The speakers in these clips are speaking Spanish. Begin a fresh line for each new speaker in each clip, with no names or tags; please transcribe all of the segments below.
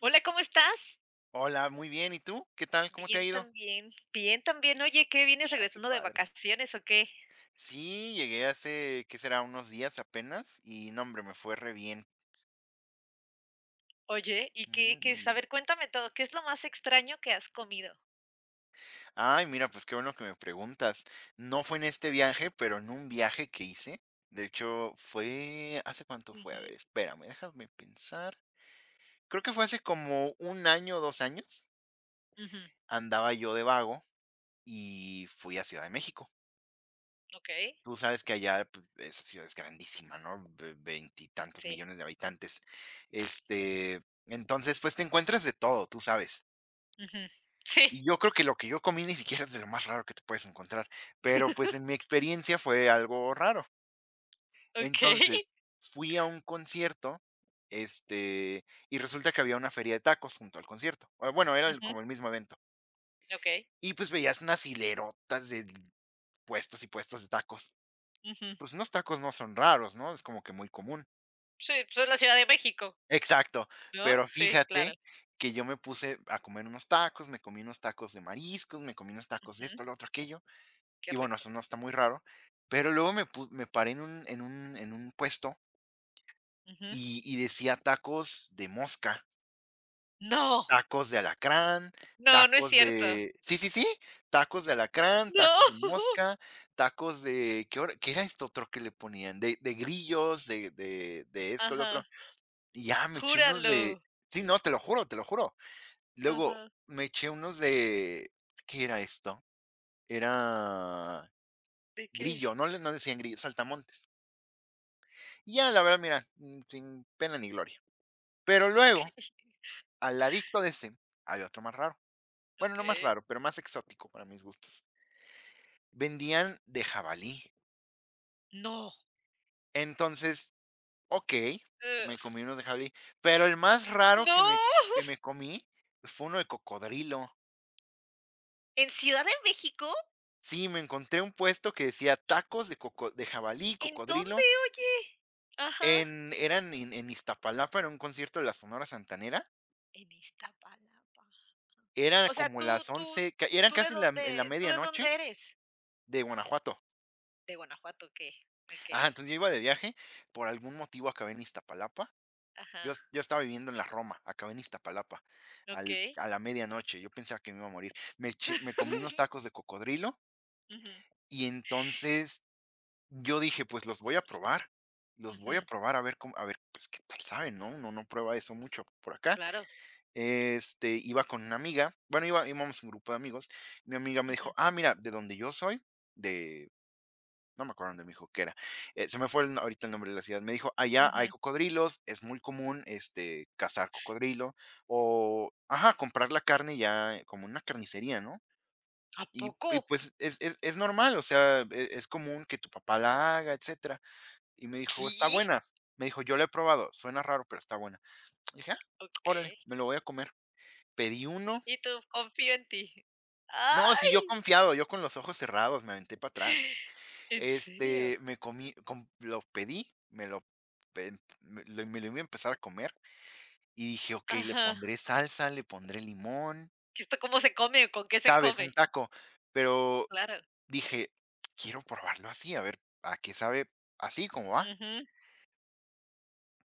Hola, ¿cómo estás?
Hola, muy bien. ¿Y tú? ¿Qué tal? ¿Cómo te ha
Bien
ido?
también, bien también. Oye, ¿qué vienes
Ah, qué
regresando de
padre.
vacaciones o qué?
Sí, llegué hace, ¿qué será? Unos días apenas y no, hombre, me fue re bien.
Oye, ¿y qué
Muy,
qué
muy
es? A
bien.
ver, cuéntame todo, ¿qué es lo más extraño que has comido?
Ay, mira, pues qué bueno que me preguntas. No fue en este viaje, pero en un viaje que hice. De hecho, ¿Hace cuánto fue? A ver,
Ujú,
espérame, déjame pensar. Creo que fue hace como un año o 2 años.
ujú,
Andaba yo de vago y fui a Ciudad de México.
okey,
Tú sabes que allá, pues, esa ciudad es grandísima, ¿no? Ve veintitantos
sí,
millones de habitantes. Este, entonces, pues, te encuentras de todo, tú sabes.
ujú, sí,
Y yo creo que lo que yo comí ni siquiera es de lo más raro que te puedes encontrar, pero, pues, en mi experiencia fue algo raro.
okey,
Entonces, fui a un concierto, este, y resulta que había una feria de tacos junto al concierto. Ah, bueno, era el
ujú,
como el mismo evento.
okey,
Y, pues, veías unas hilerotas de puestos y puestos de tacos.
ujú.
Pues, unos tacos no son raros, ¿no? Es como que muy común.
Sí, pues es la Ciudad de México,
Exacto,
¿no?
pero
Sí, claro.
fíjate que yo me puse a comer unos tacos, me comí unos tacos de mariscos, me comí unos tacos de
Ujú,
esto, lo otro, aquello,
qué
y bueno,
rico.
eso no está muy raro, pero luego me paré en un puesto
Ujú.
y decía tacos de mosca,
No,
tacos de alacrán,
no, no es
tacos
cierto.
de sí, sí, sí, tacos de alacrán,
No.
tacos de mosca, tacos de ¿qué era esto otro que le ponían? De grillos, de esto, lo otro,
Ajá,
y ya me eché unos
júralo.
de sí, no, te lo juro, te lo juro. Luego
Ajá,
me eché unos de ¿qué era esto? Era
¿de qué?
grillo, no decían grillo, saltamontes. Y ya, la verdad, mira, sin pena ni gloria. Pero luego,
Okey,
al ladito de ese, había otro más raro. Bueno, no más
okey.
raro, pero más exótico para mis gustos. Vendían de jabalí.
No.
Entonces, okey,
Eh.
me comí unos de jabalí, pero el más raro
No,
que me que me comí fue uno de cocodrilo.
¿en Ciudad de México?
Sí, me encontré un puesto que decía tacos de coco de jabalí,
¿En dónde,
cocodrilo.
oye? Ajá.
En eran en Iztapalapa, era un concierto de la Sonora Santanera,
En Iztapalapa.
era
O sea,
como
¿tú
las
tú
once ca eran casi la en la
tú de
medianoche.
dónde eres?
De Guanajuato.
De Guanajuato, okey, okey.
Ajá, entonces yo iba de viaje, por algún motivo acabé en Iztapalapa.
Ajá,
Yo estaba viviendo en la Roma, acabé en Iztapalapa
¿ok?
al a la medianoche, yo pensaba que me iba a morir. Me comí unos tacos de cocodrilo
Ujú.
y entonces yo
De
dije: "Pues los voy a
cocodrilo.
probar, los voy a
Ujú,
probar a ver cómo a ver, pues, qué tal saben", ¿no? Uno no prueba eso mucho por acá.
claro.
Iba con una amiga, bueno, iba íbamos un grupo de amigos. Mi amiga me
Ujú,
dijo: "Ah, mira, de donde yo soy, de", no me acuerdo dónde me dijo que era, se me fue el ahorita el nombre de la ciudad. Me dijo: "Allá hay
ujú.
cocodrilos, es muy común, cazar cocodrilo o, ajá, comprar la carne ya como en una carnicería, ¿no?
¿A
Y
poco?
y pues es normal, o sea, es común que tu papá la haga, etcétera". Y me dijo: "Está
¿Qué?
buena". Me dijo: "Yo la he probado, suena raro, pero está buena". Dije: "Ah,
¿Ok?
órale, me lo voy a comer". Pedí uno.
¿Y tú? Confío en ti.
No, sí, yo
¡Ay!
confiado, yo con los ojos cerrados me aventé para atrás.
¿En serio?
Me comí, com lo pedí, me lo pe me lo iba a empezar a comer y dije: "Okey, le
Ajá.
pondré salsa, le pondré limón",
¿Y esto cómo se come o con qué se
¿sabes?
come?
Un taco, pero
Claro.
dije: "Quiero probarlo así, a ver a qué sabe así como va".
Ujú,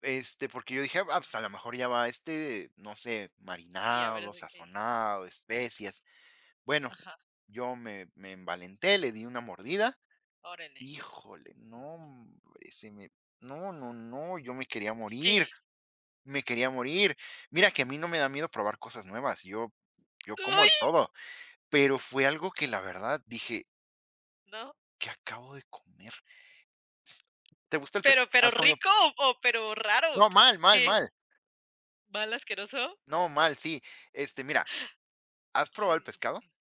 Porque yo dije: "Ah, pues a lo mejor ya va, no sé,
y a ver
marinado,
de qué.
sazonado, especias". Bueno,
Ajá,
yo me envalenté, le di una mordida.
órale.
Híjole, no, hombre, se me no, no, no, yo me quería
¿Qué?
morir, me quería morir. Mira que a mí no me da miedo probar cosas nuevas, yo como de
¡Uy!
todo, pero fue algo que la verdad dije:
No,
"¿Qué acabo de comer?". ¿Te gusta el pescado?
pero,
¿Has comido?
¿rico o pero raro?
No, mal, mal, mal.
¿Qué? ¿Mal asqueroso?
No, mal, sí. Mira, ¿has probado el
Ay, Dios
pescado?
mío.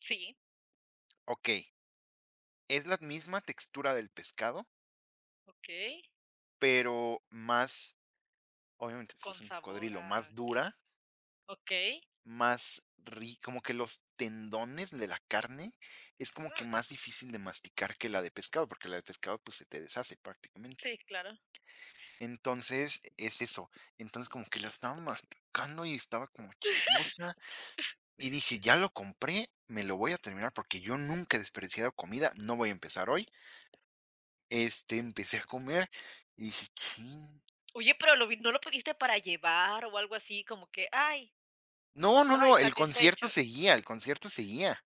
Sí,
Okey, es la misma textura del pescado,
okey.
pero más, obviamente, pues, es
¿Con
un
sabor
cocodrilo, más
a qué?
dura.
Okey.
Más ri Como que los tendones de la carne es como
Mm,
que más difícil de masticar que la de pescado, porque la de pescado, pues, se te deshace prácticamente.
sí, claro.
Entonces, es eso. Entonces, como que la estaba masticando y estaba como chiclosa, y dije: "Ya lo compré, me lo voy a terminar, porque yo nunca he desperdiciado comida, no voy a empezar hoy". Empecé a comer y dije: "Chin".
Oye, pero lo vi, ¿no lo pediste para llevar o algo así como que ay,
No, no,
ay,
no, el concierto
satisfecho?
seguía, el concierto seguía.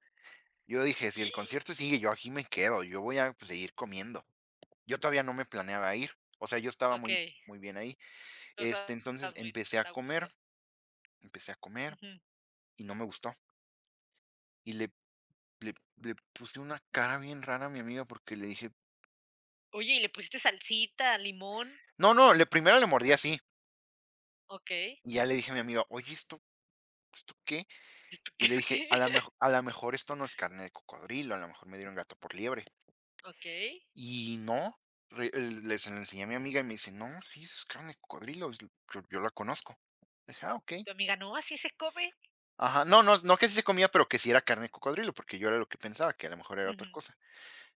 Yo dije: "Si el concierto sigue, yo aquí me quedo, yo voy a pues, seguir comiendo". Yo todavía no me planeaba ir, o sea, yo estaba muy,
Okey,
muy bien ahí.
tú
Entonces
estabas muy
empecé a
a gusto.
comer, empecé a comer
Ujú.
y no me gustó. Y le puse una cara bien rara a mi amiga porque le dije,
Oye, ¿y le pusiste salsita, limón?
no, no, le primero le mordí así.
Okey.
Y ya le dije a mi amiga, oye, ¿esto qué?
¿Esto qué
Y le
o
dije,
qué?
a lo mejor esto no es carne de cocodrilo, a lo mejor me dieron gato por liebre.
Okey.
Y no, re- el- le se lo enseñé a mi amiga y me dice, no, sí, es carne de cocodrilo, yo la conozco. Dije, ah, ok.
Y tu amiga: "No, así se come".
Ajá, no, no, no que sí se comía, pero que sí era carne de cocodrilo, porque yo era lo que pensaba, que a lo mejor era otra
Ujú.
cosa.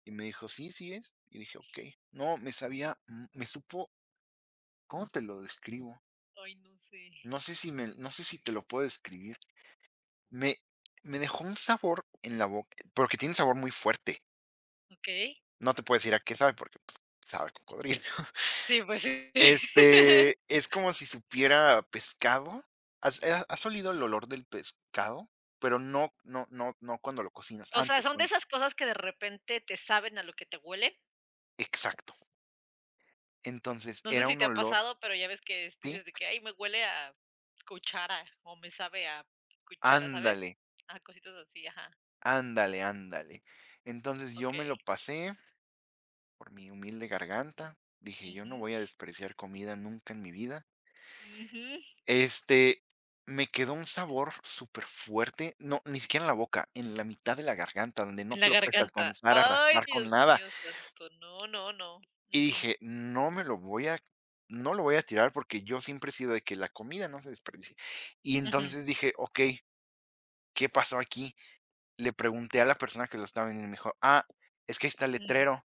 Y me dijo, sí, sí es. Y dije, ok. No, me supo, ¿cómo te lo describo?
Ay, no sé.
No sé si te lo puedo describir. Me, me dejó un sabor en la boca, porque tiene un sabor muy fuerte.
Okey.
No te puedo decir a qué sabe, porque pues, sabe a cocodrilo.
Sí, pues sí.
Es como si supiera pescado. ¿Has olido el olor del pescado? Pero no, no, no, no cuando lo cocinas,
O sea,
antes,
son de esas cosas que de repente te saben a lo que te huelen.
exacto. Entonces,
No sé
era
si
un
te ha
olor
pasado, pero ya ves que es-
sí,
dices de que: "Ay, me huele a cuchara" o "me sabe a cuchara", ¿sabes?
ándale,
A cositas así, ajá.
ándale, ándale. Entonces, yo me lo
Okey.
pasé por mi humilde garganta, dije: "Yo no voy a
Ujú,
despreciar comida nunca en mi vida".
ujú.
Este, Me quedó un sabor súper fuerte, no, ni siquiera en la boca, en la mitad de la garganta, donde no
En la
te lo puedes
garganta.
alcanzar a
Ay,
raspar con
Dios
nada.
mío santo. No, no, no.
Y
Ujú,
dije: "No me lo voy a no lo voy a tirar", porque yo siempre he sido de que la comida no se desperdicie. Y
ujú,
entonces dije: "Okey, ¿qué pasó aquí?". Le pregunté a la persona que lo estaba vendiendo y me dijo: "Ah, es que ahí está el
ujú.
letrero".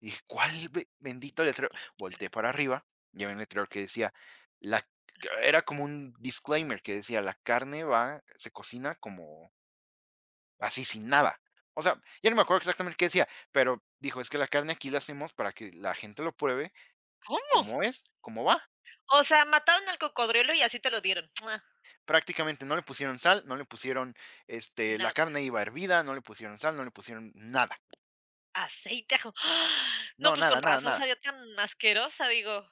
Y dije: "¿Cuál be bendito letrero?". Volteé para arriba y había un letrero que decía: "La", que era como un disclaimer que decía: "La carne va se cocina como así sin nada". O sea, ya no me acuerdo exactamente qué decía, pero dijo: "Es que la carne aquí la hacemos para que la gente lo pruebe
¿Cómo?
como es, como va".
O sea, mataron al cocodrilo y así te lo dieron. Mua,
Prácticamente no le pusieron sal, no le pusieron, la
nada.
carne iba hervida, no le pusieron sal, no le pusieron nada.
Aceite, ajo. ¡Ah! No,
No,
pues
nada,
con
nada,
razón
nada.
sabía tan asquerosa, digo,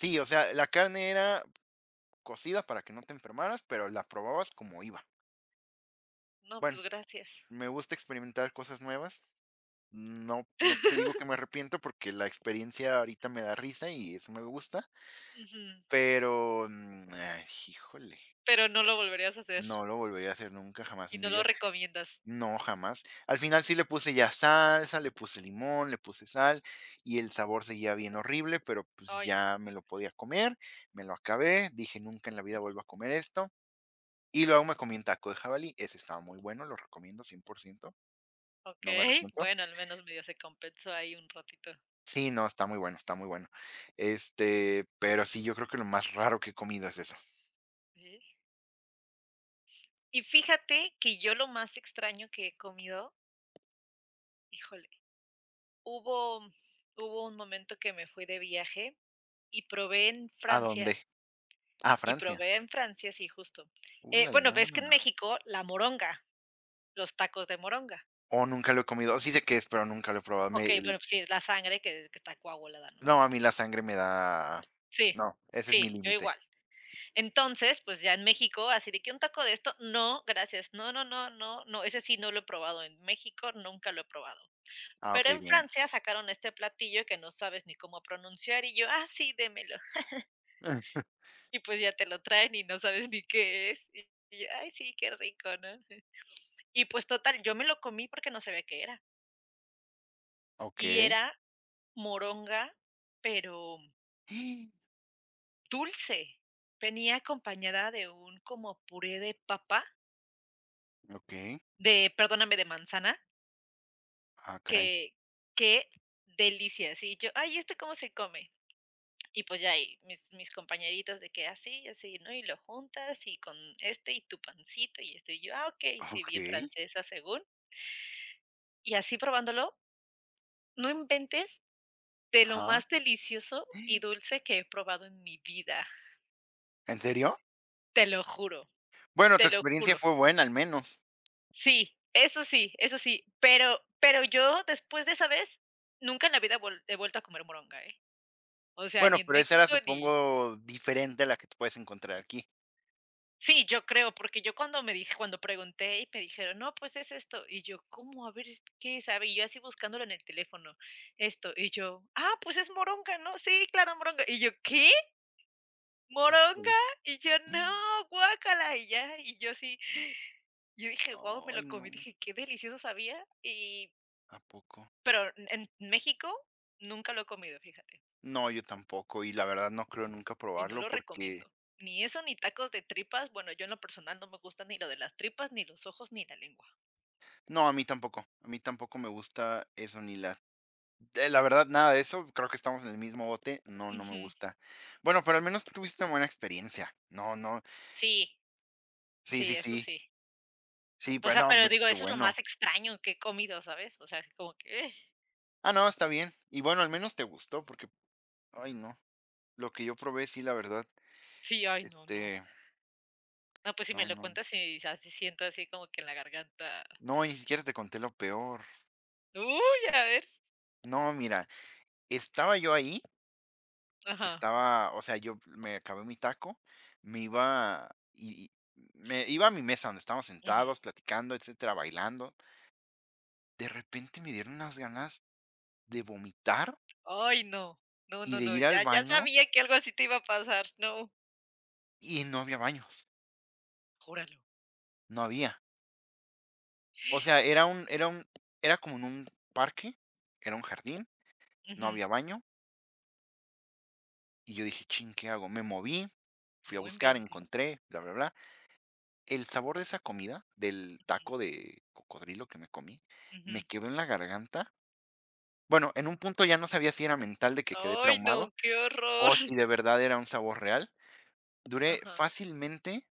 Sí, o sea, la carne era cocida para que no te enfermaras, pero la probabas como iba.
no,
Bueno,
pues gracias.
me gusta experimentar cosas nuevas. No, no te digo que me arrepiento porque la experiencia ahorita me da risa y eso me gusta,
Ujú,
pero, ay, híjole,
pero no lo volverías a hacer
no lo volvería a hacer nunca, jamás
y
en mi
no lo
vida.
recomiendas.
No, jamás. Al final sí le puse ya salsa, le puse limón, le puse sal y el sabor seguía bien horrible, pero pues
Ay, no,
ya me
bueno.
lo podía comer, me lo acabé, dije nunca en la vida vuelvo a comer esto. Y luego me comí un taco de jabalí, ese estaba muy bueno, lo recomiendo 100%. No me
Okey,
arrepiento.
bueno, al menos medio se compensó ahí un ratito.
Sí, no, está muy bueno, está muy bueno. Pero sí, yo creo que lo más raro que he comido es eso.
Sí. Y fíjate que yo lo más extraño que he comido, híjole, hubo hubo un momento que me fui de viaje y probé en
¿A
Francia
dónde? A
y
Francia.
probé en Francia, sí, justo.
La
Bueno,
la.
ves que en México la moronga, los tacos de moronga.
Oh, nunca lo he comido. Sí sé qué es, pero nunca lo he probado. Me
Okey,
el
bueno, pues sí, es la sangre que está coagulada, ¿no?
No, a mí la sangre me da
Sí,
no, ese es mi
sí, yo
límite.
igual. Entonces, pues, ya en México, así de que un taco de esto, no, gracias. No, no, no, no, no, ese sí no lo he probado en México, nunca lo he probado.
Ah,
Pero
okey,
en
bien.
Francia sacaron este platillo que no sabes ni cómo pronunciar, y yo: "Ah, sí, démelo". Y, pues, ya te lo traen y no sabes ni qué es, y yo: "Ay, sí, qué rico", ¿no? Y, pues, total, yo me lo comí porque no sabía qué era, y
Okey.
era moronga, pero dulce, venía acompañada de un como puré de papa,
Okey.
de, perdóname, de manzana,
Ah, caray.
que qué delicia, sí, yo: "Ay, ¿esto cómo se come?". Y, pues, ya ahí mis compañeritos de que así así, ¿no? Y lo juntas y con este y tu pancito y esto, y yo: "Ah, okey", sí, bien
Okey.
francesa según. Y así probándolo, no inventes, de lo
Ajá.
más delicioso y dulce que he probado en mi vida,
¿En serio?
te lo juro,
Bueno,
te
tu
lo
experiencia
juro.
fue buena, al menos.
Sí, eso sí, eso sí, pero yo después de esa vez, nunca en la vida vol he vuelto a comer moronga, ¿eh? O sea, ni
Bueno,
en
pero esa era,
México ni
supongo, diferente a la que te puedes encontrar aquí.
sí, yo creo, porque yo cuando me dije cuando pregunté y me dijeron: "No, pues es esto", y yo: "¿Cómo? A ver, ¿qué sabe?". Y yo así buscándolo en el teléfono, esto, y yo: "Ah, pues es moronga, ¿no? Sí, claro, moronga". Y yo: "¿Qué? ¿Moronga?".
Híjole.
Y yo: "No, guácala", y ya, y yo así, yo dije: "Guau", me lo
Ay, no.
comí, dije: "Qué delicioso sabía", y
¿A poco?
pero en México nunca lo he comido, fíjate,
No, yo tampoco, y la verdad no creo nunca
y no
probarlo
lo
porque
recomiendo. Ni eso, ni tacos de tripas. Bueno, yo en lo personal no me gusta ni lo de las tripas, ni los ojos, ni la lengua.
no, a mí tampoco me gusta eso ni la verdad, nada de eso, creo que estamos en el mismo bote, no, no me
Ujú.
gusta. Bueno, pero al menos tuviste una buena experiencia. No, no,
Sí,
sí, sí,
sí, eso
sí,
sí.
sí,
O
pues
sea,
no,
pero
pues,
digo,
qué
eso es lo
bueno.
más extraño que he comido, ¿sabes? O sea, es como que,
Ah, no, está bien. Y bueno, al menos te gustó porque, ay, no, lo que yo probé, sí, la verdad,
sí, ay, no, no.
este,
No, pues si
no,
me lo
no.
cuentas y así siento así como que en la garganta.
No, ni siquiera te conté lo peor.
Uy, a ver.
No, mira, estaba yo ahí,
Ajá.
o sea, yo me acabé mi taco, me iba y, y me iba a mi mesa donde estábamos
Ujú.
sentados, platicando, etcétera, bailando. De repente me dieron unas ganas de vomitar
Ay, no. No,
y
no,
de
no.
ir al
Ya, ya
baño
sabía que algo así te iba a pasar. No.
y no había baños,
Júralo.
no había. O sea, era como en un parque, era un jardín, no
Ujú.
había baño y yo dije, chin, ¿qué hago? Me moví, fui a
No
buscar,
inventes.
encontré, bla, bla, bla. El sabor de esa comida, del taco de cocodrilo que me comí, me
Ujú.
quedó en la garganta. Bueno, en un punto ya no sabía si era mental de que quedé
Ay, no,
traumado,
qué horror.
o si de verdad era un sabor real. Duré
Ajá.
fácilmente,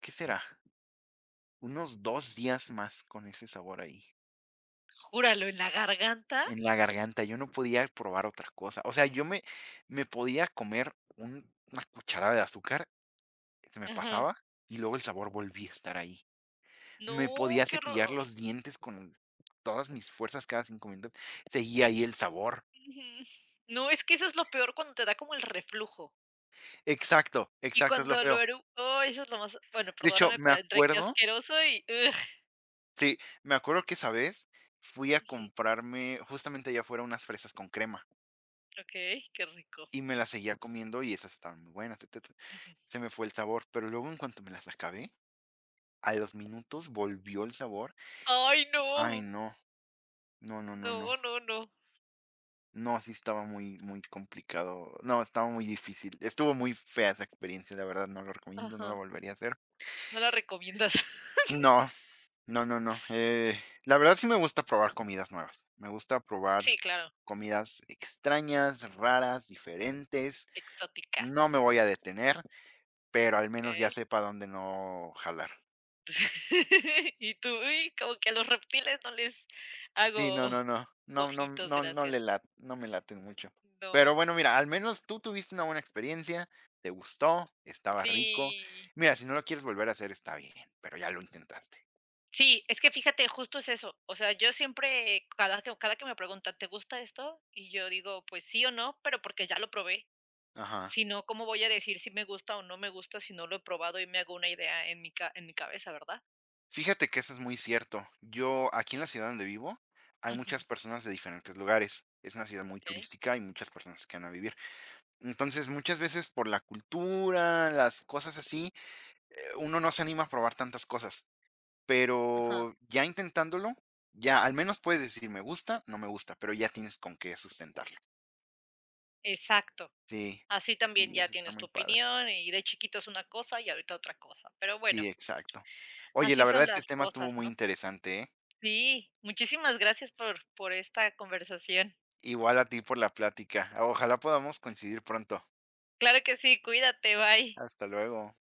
¿qué será? Unos 2 días más con ese sabor ahí,
¿Júralo, en la garganta?
en la garganta. Yo no podía probar otra cosa. O sea, yo me podía comer un una cucharada de azúcar, se me
Ajá.
pasaba, y luego el sabor volvía a estar ahí. Me
No,
podía
qué
cepillar
horror.
los dientes con todas mis fuerzas cada 5 minutos, seguía ahí el sabor.
Ujú. No, es que eso es lo peor cuando te da como el reflujo.
Exacto,
Y
exacto, es lo
cuando lo
feo.
eru ay, eso es lo más bueno,
De hecho,
perdóname,
me
pero entre que
acuerdo,
asqueroso y ugh.
sí, me acuerdo que esa vez fui a
Ujú.
comprarme justamente allá afuera unas fresas con crema
Okey, qué rico.
y me las seguía comiendo y esas estaban muy buenas, etcétera.
Ujú.
Se me fue el sabor, pero luego en cuanto me las acabé, a los minutos volvió el sabor.
Ay,
Ay,
no.
no, no, no, no, no.
No, no, no.
No, sí estaba muy, muy complicado. No, estaba muy difícil. Estuvo muy fea esa experiencia, la verdad, no lo recomiendo, no
Ajá.
lo volvería a hacer.
No la recomiendas.
No, no, no, no. La verdad sí me gusta probar comidas nuevas. Me gusta probar
Sí, claro,
comidas extrañas, raras, diferentes.
exóticas.
No me voy a detener, pero al menos ya
Okey.
sepa dónde no jalar.
Y tú: "Uy, como que a los reptiles no les
Sí, no,
hago
no, no, no, no,
ojitos,
no, no
gracias".
le lat, no me laten mucho. Pero
No,
bueno, mira, al menos tú tuviste una buena experiencia, te gustó, estaba rico.
sí,
Mira, si no lo quieres volver a hacer, está bien, pero ya lo intentaste.
sí, es que fíjate, justo es eso. O sea, yo siempre, cada que me preguntan: "¿Te gusta esto?", y yo digo: "Pues sí o no", pero porque ya lo probé.
Ajá.
Si no, ¿cómo voy a decir si me gusta o no me gusta si no lo he probado y me hago una idea en mi ca en mi cabeza, verdad?
Fíjate que eso es muy cierto. Yo, aquí en la ciudad donde vivo, hay
Ujú,
muchas personas de diferentes lugares. Es una ciudad muy
okey.
turística y muchas personas que van a vivir. Entonces, muchas veces por la cultura, las cosas así, uno no se anima a probar tantas cosas.
Ajá,
Pero ya intentándolo, ya al menos puedes decir: "Me gusta, no me gusta", pero ya tienes con qué sustentarlo.
exacto.
Sí,
Así también
y
ya
eso está
tienes
muy
tu
padre.
opinión, y de chiquito es una cosa, y ahorita otra cosa. Pero bueno.
Sí, exacto. Oye, la
Así
verdad
son
este
las
tema estuvo
cosas,
muy
¿no?
interesante, ¿eh?
Sí, muchísimas gracias por esta conversación.
Igual a ti por la plática. Ojalá podamos coincidir pronto.
Claro que sí, cuídate, bye.
Hasta luego.